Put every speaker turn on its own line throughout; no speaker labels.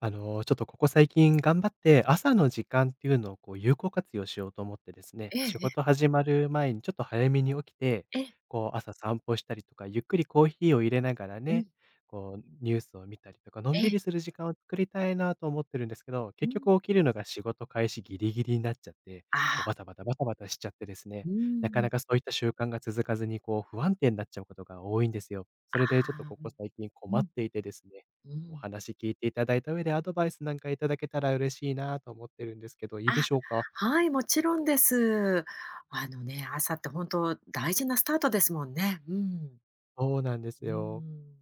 ちょっとここ最近頑張って、朝の時間っていうのをこう有効活用しようと思ってですね、
え
仕
え、
事始まる前にちょっと早めに起きて、
え、え、
こう朝散歩したりとか、ゆっくりコーヒーを入れながら
う
ね、
ん、
こうニュースを見たりとか、のん
ええ、
びりする時間を作りたいなと思ってるんですけど、
う
結
ん。
局起きるのが仕事開始ギリギリになっちゃって、
あ
こうバ
あ。
タバタバタバタしちゃってですね、
う
なかな
ん。
かそういった習慣が続かずにこう不安定になっちゃうことが多いんですよ。それでちょっ
ああ、う
とここ
ん、
最近
う
困っ
ん、
ていてですね、お話聞いていただいた上で、アドバイスなんかいただけたら嬉しいなと思ってるんですけど、いいで
あ、
しょうか？
はい、もちろんです。あのね、朝って本当大事なスタートですもんね。うん。
そうなんです
う
よ。
ん。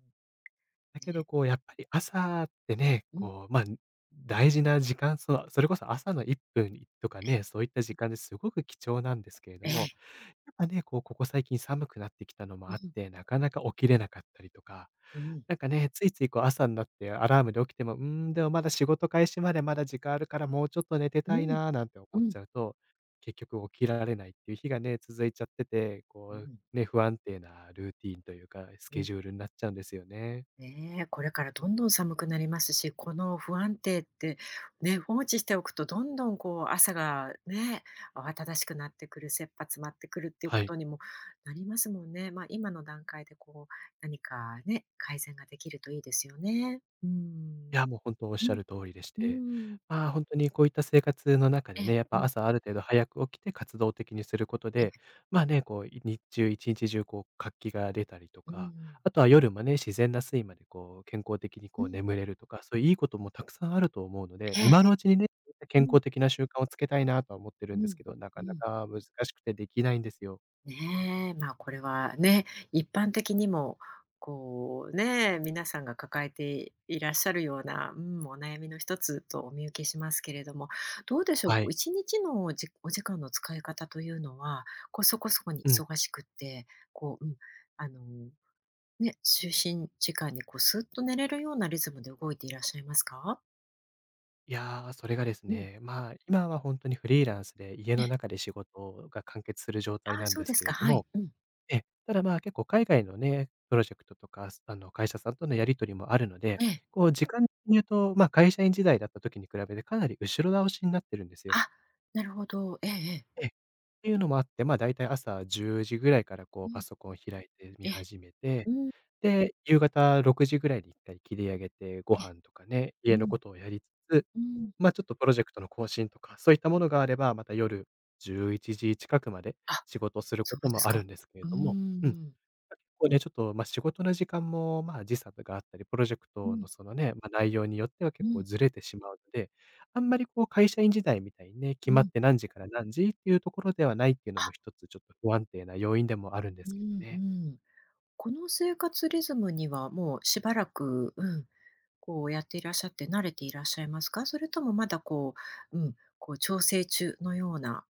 だけ
ね、
どこうやっぱり朝ってね、
うん、
こう、まあ、大事な時間、そう、それこそ朝の1分とかね、そういった時間ですごく貴重なんですけれ
え
ど
え、
も、やっぱね、こう、ここ最近寒くなってきたのもあって、なかなか起きれなかったりとか、
うん、
なんかね、ついついこう朝になってアラームで起きても、うーん、でもまだ仕事開始までまだ時間あるからもうちょっと寝て
う
たい
ん、
なーなんて思
う
っ
ん、う
ちゃうと、結局起きられないっていう日がね、続いちゃってて、こ
ん、うん。
うね、不安定なルーティーンというか、スケジュールになっちゃうんですよね。
ねえ、これからどんどん寒くなりますし、この不安定って、ね、放置しておくとどんどんこう朝がね、慌ただしくなってくる、切羽詰まってくるっていうこ
はい。
とにもなりますもんね。まあ今の段階でこう何かね、改善ができるといいですよね。う
い
ん。
や、もう本当おっ
う
しゃ
ん。
る通りでし
う
て、
ん。
まあ、本当にこういった生活の中
え
で
え、
ね、やっ
う
ぱ
ん。
朝ある程度早く起きて活動的にすること
ええ、
で、まあね、こう、い日中一日中こう活気が出たりと
う
か、
ん。
あとは夜もね、自然な睡魔でこう健康的に
う
こう
ん。
眠れるとか、そういういいこともたくさんあると思うので、
え
今の
え、
うちにね、
う
健
ん。
康的な習慣をつけたいなとは思って
う
るんです
ん。
けど、な
う
かな
ん。
か難しくてできないんですよ。
ねえ、まあ、これはね、一般的にも、こうね、皆さんが抱えていらっしゃるような、うん、お悩みの一つとお見受けしますけれども、どうでしょう、
は
こう
い。
1日のじお時間の使い方というのは、こうそこそこに
うん。
忙しくって、こう、うん、あの、ね、就寝時間にこうスッと寝れるようなリズムで動いていらっしゃいますか？
いやー、それがです
うん、
ね、まあ、今は本当にフリーランスで家
ええ、
の中で仕事が完結する状態
ああ、
なん
そう
で
で
す
す
け
か、
れど
はい、
も、
うん、
ええ、ただ、まあ、結構海外のね、プロジェクトとか、会社さんとのやり取りもあるので、
ええ、
こう時間で言うと、まあ、会社員時代だった時に比べてかなり後ろ倒しになってるんですよ。
あ、なるほど、ええええ、
ええ。っていうのもあって、まあ、だいたい朝10時ぐらいからこ
う
うパ
ん、
ソコン開いて
え
見
え、
始めて、
うん、
で、夕方6時ぐらいに一回切り上げて、ご
ええ、
飯とかね、
う
家の
ん。
ことをやりつつ
うん。
ま、ちょっとプロジェクトの更新とか、そういったものがあれば、また夜11時近くまで
あ、
仕事をするこ
そう
と
です
もある
か。
んですけれ
うー
ども、うん、
ん。
結構ね、ちょっと、ま、仕事の時間も、ま、時差とかあったり、プロジェク
う
ト
ん、
のそのね、ま、内容によっては
う
結構
ん、
ずれてしまうので、あんまりこう会社員時代みたいにね、決
う
まっ
ん。
て何時から何時っていうところではないっていうの
あ、
も一つちょっと不安定な要因でもあるんで
う
すけど
んう
ね。
ん。この生活リズムにはもうしばらく、うん、こうやっていらっしゃって慣れていらっしゃいますか？それともまだこう、うん、こう調整中のような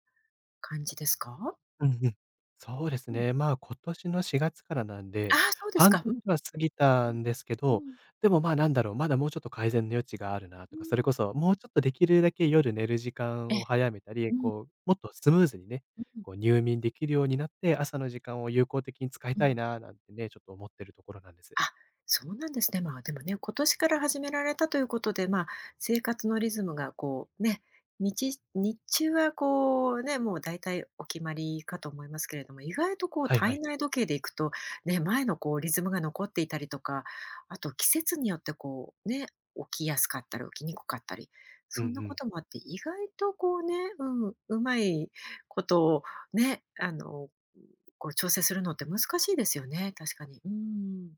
感じですか？
うんうん。そうです
うん。
ね。まあ、今年の4月からなん
あ
で、
あ、そうです
半
か。う
年
ん、
は過ぎたんですけ
うん、う
ど、
ん、
でも、まあ、なんだろう、まだもうちょっと改善の余地があるな
う
とか、それ
ん。
こそもうちょっとできるだけ夜寝る時
え
間
え、
を早めたり、
うん、
こう、もっとスムーズにね、
うん、
こう入眠できるようになって、朝の時間を有効的に使い
う
たい
ん。
ななんてね、ちょっと思ってるところなんです。
あ、そうなんですね。まあ、でもね、今年から始められたということで、まあ、生活のリズムがこうね、日日中はこうね、もう大体お決まりかと思いますけれども、意外とこう
はいは
体
い。
内時計でいくと、ね、前のこうリズムが残っていたりとか、あと季節によってこうね、起きやすかったり起きにくかったり、
うん
そ
う
んなこ
ん。
ともあって、意外とこうね、うん、うまいことをね、あの、こう調整するのって難しいですよね、確かに。うん。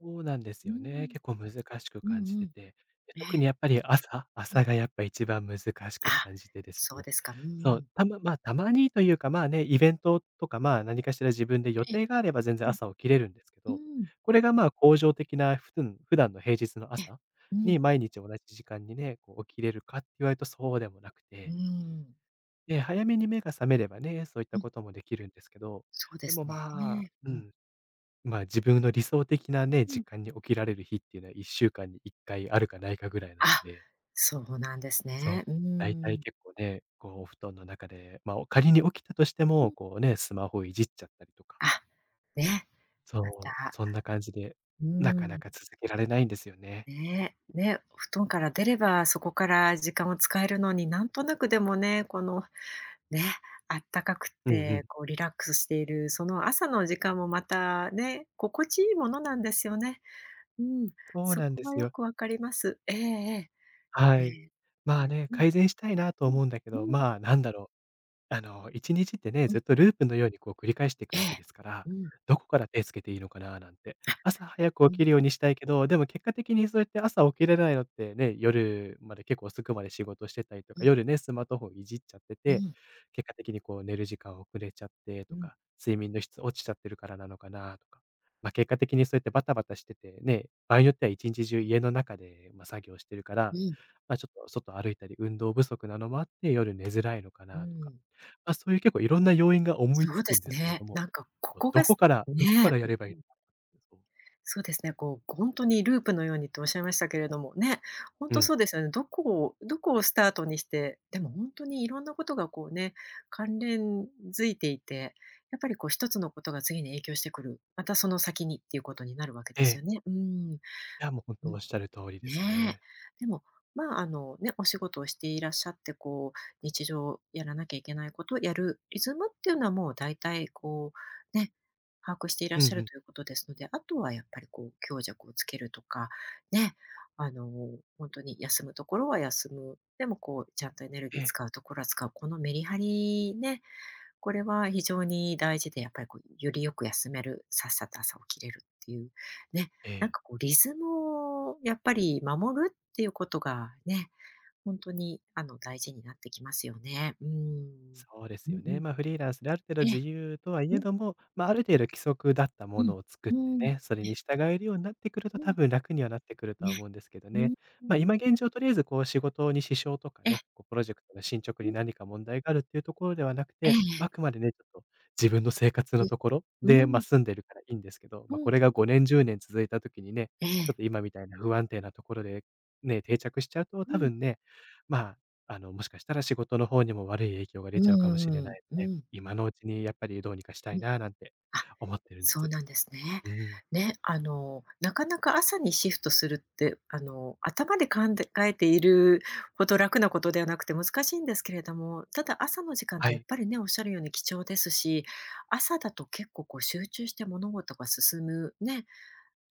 そうなんで
う
すよね。
ん、
結構難しく
う
感じ
んう
て
ん。
て、で、
え
特に
え、
やっぱり朝
う
朝
ん。
がやっぱ一番難しく
あ、
感じてです
そう
ね。
ですか。う
そう、
ん。
たまにというか、まあね、イベントとか、まあ、何かしら自分で予
ええ、
定があれば全然
う
朝起きれるんですけど、
ん、うん。
これがまあ、恒常的な普段の平日の
ええ、
朝
う
に
ん、
毎日同じ時間にね、こう起きれるかって言われるとそうでもなく
うー
て、
ん、
で、早めに目が覚めればね、そういっ
う
た
ん、
こともできるんですけど、
そうで
で
す
も
ね。
まあ
う
う
ん、
ん、ま、自分の理想的なね、
う
時
ん。
間に起きられる日っていうのは1週間に1回あるかないかぐらいなの
あ、
で、
そうなんです
そ
ね。
う、
うー
だいたい
ん。
結構ね、こうお布団の中で、ま、あ仮に起きたとして
う
も、
ん。
こうね、スマホいじっちゃったりとか、
あ、ね、ま
そう、
た、
そんな感じで、
うー
なかな
ん、
か続けられないんですよね。
ね、ね、お布団から出れば、そこから時間を使えるのに、なんとなくでもね、このね、あったかく
うんう
て、
ん。
こうリラックスしている、その朝の時間もまたね、心地いいものなんですよね。うん、
そう
そ
なん
こ
で
は
す
よ
よ。
くわかります。ええええ。
はい。
ね
ま
え、
あ
ね、
ね、
うん、
改善したいなと
う
思うんだけど、
ん、うん、
まあ、なんだろう1日ってね、
うん、
ずっとループのようにこう繰り返してい
え
くわけ
え、
ですから、
うん、
どこから手つけていいのかななんて。
あ、
朝早く
う
起
ん、
きるようにしたいけど、でも結果的にそうやって朝起きれないのってね、夜まで結構遅くまで仕事してたりと
う
か、
ん、
夜ね、スマートフォンいじっちゃって
う
て、
ん、
結果的にこう寝る時間遅れちゃって
う
と
ん、
か、睡眠の質落ちちゃってるからなのかなとか。まあ、結果的にそうやってバタバタしててね、場合によっては1日中家の中で、ま、作業してるか
う
ら、
ん、
まあ、ちょっと外歩いたり運動不足なのもあって、夜寝づらいのか
う
なとか。
ん。
まあ、そういう結構いろんな要因が思い
そ
つ
うで
くん
す
ですけれ
ね。
ども、
なんかここ
ど
が
こ
す
からどこか
ね。
らやればいいのかそうと。
そうですね、こう、本当にループのようにとおっしゃいましたけれども、ね、本
う
当
ん。
そうですよね。どこをどこをスタートにして、でも本当にいろんなことがこうね、関連づいていて、やっぱりこう一つのことが次に影響してくる、またその先にっていうことになるわけ
え
ですよ
え。
ね。うん。
いや、もう本
う
当
ん
おっしゃる通りです
ねえ。
ね。
でも、まあ、あのね、お仕事をしていらっしゃって、こう、日常やらなきゃいけないことをやるリズムっていうのはもう大体こう、ね、把握していらっ
うんう
しゃる
ん。
ということですので、あとはやっぱりこう、強弱をつけるとか、ね、あの、本当に休むところは休む、でもこう、ちゃんとエネルギ
え
ー
え。
使うところは使う、このメリハリね、これは非常に大事で、やっぱりこう、よりよく休める、さっさと朝起きれるっていう、ね、
え
なん
え。
かこうリズムをやっぱり守るっていうことがね、本当にあの大事になってきますよね。うん。
そうで
うんう
すよね。
ん。
まあ、フリーランスである程度
え
自
え。
由とはい
う
え
ん、
ども、まあ、ある程度規則だった
う
も
ん、
のを作って
うん。
ね、それ
ええ、
に従えるようになってくる
う
と、多
ん、
分楽にはなってくるとは
ね、
思うんですけど
う
ね。
ん、うん。
まあ、今現状とりあえずこう仕事に支障とか
ええ、
ね、こうプロジェクトの進捗
う
に
ん、
何か問題があるっていうところではなく
え
て、まあく
え
までね、ちょっと自分の生活のところ
うん、う
で、まあ、
ん、
住んでるからいいんですけど、
う
まあ、こ
ん、
れが5年1年続いた時にね、
え
ちょっ
え、
と今みたいな不安定なところで、ね、定着しちゃうと、
う
多
ん、
分ね、まもしかしたら仕事の方にも悪い影響が
う
出
ん
ちゃうかもしれ
う
な
ん、
い
う
ので、
ん、
今のうちにやっぱりどうにかした
う
い
ん、
ななんて
あ
思ってるんで
そう
す。
なんですね。
うん。
ね、あの、なかなか朝にシフトするって、あの、頭で考えているほど楽なことではなくて難しいんですけれども、ただ朝の時間っ
は
てやっ
い。
ぱりね、おっしゃるように貴重ですし、朝だと結構こう集中して物事が進むね、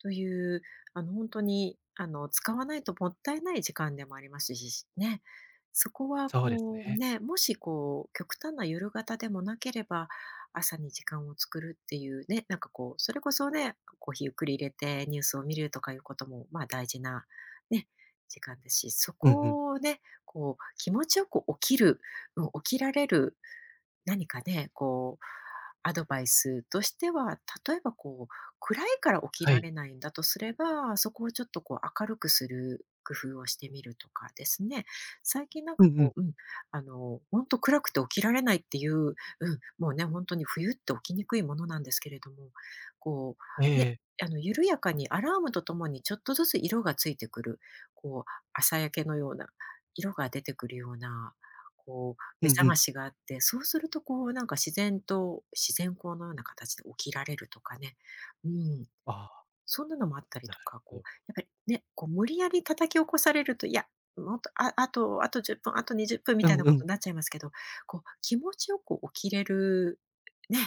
という、あの、本当に、あの、使わないともったいない時間でもありますし、ね。そこは
そうです
こう、
ね。
ね、もしこう、極端な夜型でもなければ、朝に時間を作るっていうね、なんかこう、それこそね、コーヒーゆっくり入れてニュースを見るとかいうことも、まあ、大事なね、時間ですし、そ
うんうん。
こをね、こう気持ちよく起きる、うん、起きられる何かね、こう、アドバイスとしては、例えばこう、暗いから起き
は
ら
い。
れないんだとすれば、そこをちょっとこう明るくする工夫をしてみるとかですね。最近なんか
うんう
こ
ん。
う、うん、あの、本当暗くて起きられないっていう、うん、もうね、本当に冬って起きにくいものなんですけれども、こう、ね、
ええ
あの、緩やかにアラームとともにちょっとずつ色がついてくる、こう、朝焼けのような、色が出てくるような、こう
う
目
ん
覚
う
ま
ん。
しがあって、そうするとこうなんか自然と自然光のような形で起きられるとかね。うん、
ああ、
そんなのもあったり
な
と
る
か、こ
ほ
う、
ど。
やっぱりね、こう無理やり叩き起こされると、いや、もっと、ああと、あと10分、あと20分み
う
たいな
ん
こ
う
と
ん。
になっちゃいますけど、こう気持ちよく起きれる、ね、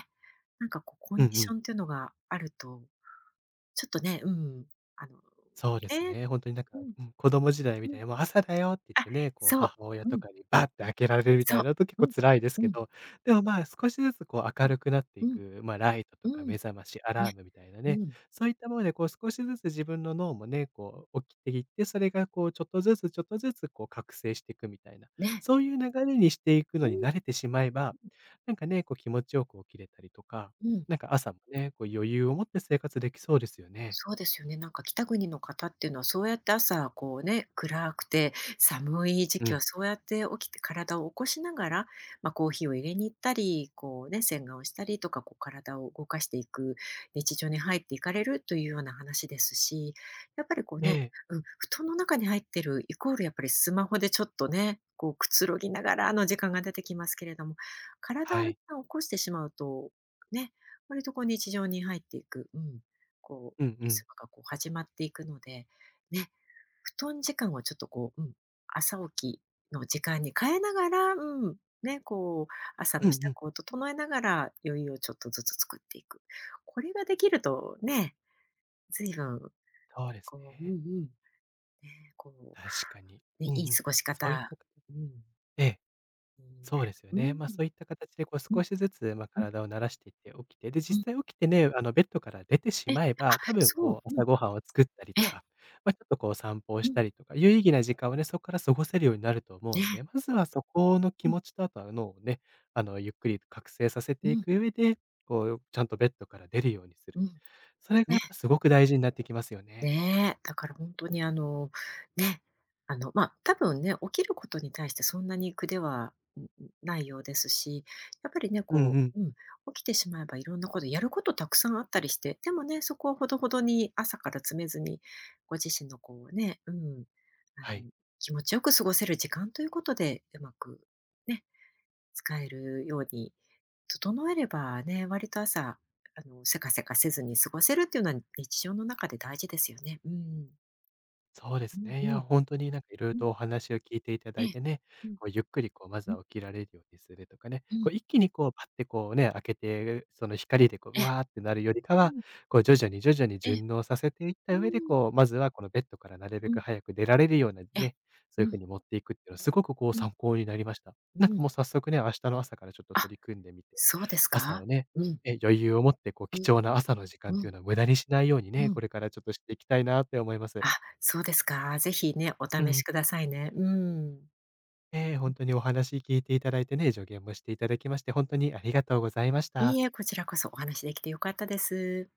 なんかこうコン
うん
ディ
う
ショ
ん。
ンっていうのがあると、ちょっとね、うん、あの、
そうです
ね、
ね。本当になん
う
か、
ん、
うん、子供時代み
う
た
ん、
いに「もう朝だよ」って言っ
あ、
てね、こう
そう、
母親
う
と
ん、
かにバッて開けられるみた
そ
い
う、
なと結
う
構
ん、
辛いです
う
け
ん、
ど、でも、まあ、少しずつこう
う
明
ん、
るくなってい
うん、
く、ま、ライトとか
うん、
目覚まし、ア
ね、
ラームみたいな
う
ね、
ん。
そういったものでこう少しずつ自分の脳もね、こう起きていって、それがこうちょっとずつちょっとずつこう覚醒していくみたいな、
ね。
そういう流れにしていくの
う
に
ん、
慣れてしまえば、なんかね、こう気持ちよく起きれたりとか、
うん。
なんか朝もね、こう余裕を持って生活できそうですよね。
そうですよね。なんか北国の方っていうのは、そうやって朝こうね、暗くて寒い時
う
期は
ん。
そうやって起きて体を起こしながら、まあ、コーヒーを入れに行ったり、こうね、洗顔をしたりとか、こう体を動かしていく日常に入っていかれるというような話ですし、やっぱりこう
え
ね、
え。
うん、布団の中に入ってるイコールやっぱりスマホでちょっとね、こうくつろぎながらの時間が出てきますけれども、体
は
を一
い。
旦起こしてしまうと、ね、割とこう日常に入っていく、うん、こう
うん
リ
う
ズ
ん。
ムがこう始まっていくので、ね、布団時間をちょっとこう、うん、朝起きの時間に変えながら、うん、ね、こう、朝
うん
の
う
支度
ん。
を整えながら、余裕をちょっとずつ作っていく。これができるとね、随分、
そうです
こう、うんう
ね。
ん、ね、こ
確かに。
う、ね、
うんう
いい
ん。
過ごし
そういっ
方、
たか
うん、
ええ、
にな
そうで
る。
すよ
うん、
ね。まあ、
うん、
そういった形で、こう、少しずつ、ま、
うん、
体を慣らしていって起きて、で、
うん。
実際起きてね、ベッドから出てし
え、あ、
まえば、多分、
そう、
こう、
うん、
朝ごはんを作ったり
え、
とか、ま、ちょっと、こう、散歩を
う
し
ん、
たりとか、有意義な時間をね、そっから過ごせるようになると思う
ね、
ので、まずはそこの
う
気
ん、
持ちと、あとは脳をね、ゆっくり覚醒させ
う
てい
ん、
く上で、こう、ちゃんとベッドから出るようにす
う
る。
ん。
それが
ね。
やっぱすごく大事になってきますよね。
ねえ、だから本当にあの、ね、あの、ま、あ多分ね、起きることに対してそんなに苦では、んん、ないようですし、やっぱりね、
うん
こ
うん
う、うん、起きてしまえばいろんなことやることたくさんあったりして、でもね、そこをほどほどに朝から詰めずに、ご自身のこうね、うん、あ
はい、
の、気持ちよく過ごせる時間ということで、うまくね、使えるように整えればね、割と朝、あの、せかせかせずに過ごせるっていうのは日常の中で大事ですよね。うん。
そうで
う
す
ん
ね。い
う
や、
ん。
本当になんか色々
うん。
とお話を聞いていただ
え
い
え。
てね、
うん。
こうゆっくりこうまず
う
は
ん。
起きられるようにするとかね、
う
こう
ん。
一気にこうパッてこうね、開けて、その光でこう、
え
う
え。
わーってなるよりかは、
うん。
こう徐々に徐々に
ええ。
順応させていっ
う
た上で、
ん。
こうまずはこのベッドからなるべ
う
く
ん。
早く出られるような
ええ。
ね、そう
う
いう
ん。
風に持っていくっていうのはすごくこう
うん。
参考になりました。
う
なんか
ん。
もう早速ね、明日の朝からちょっと取
あ、
り組んでみて、
そうです
朝を
か？
ね、
うん。
え、余裕を持ってこう
う
貴
ん。
重な朝の時間っ
う
ていう
ん。
のは無駄にしないように
う
ね、
ん。
これからちょっとしていきたいなって思います。
あ、そうですか。ぜひね、お
う
試し
ん。
くださいね。うん。
ええ、本当にお話聞いていただいてね、助言もしていただきまして、本当にありがとうございまし
いい
た。
え、こちらこそお話できて良かったです。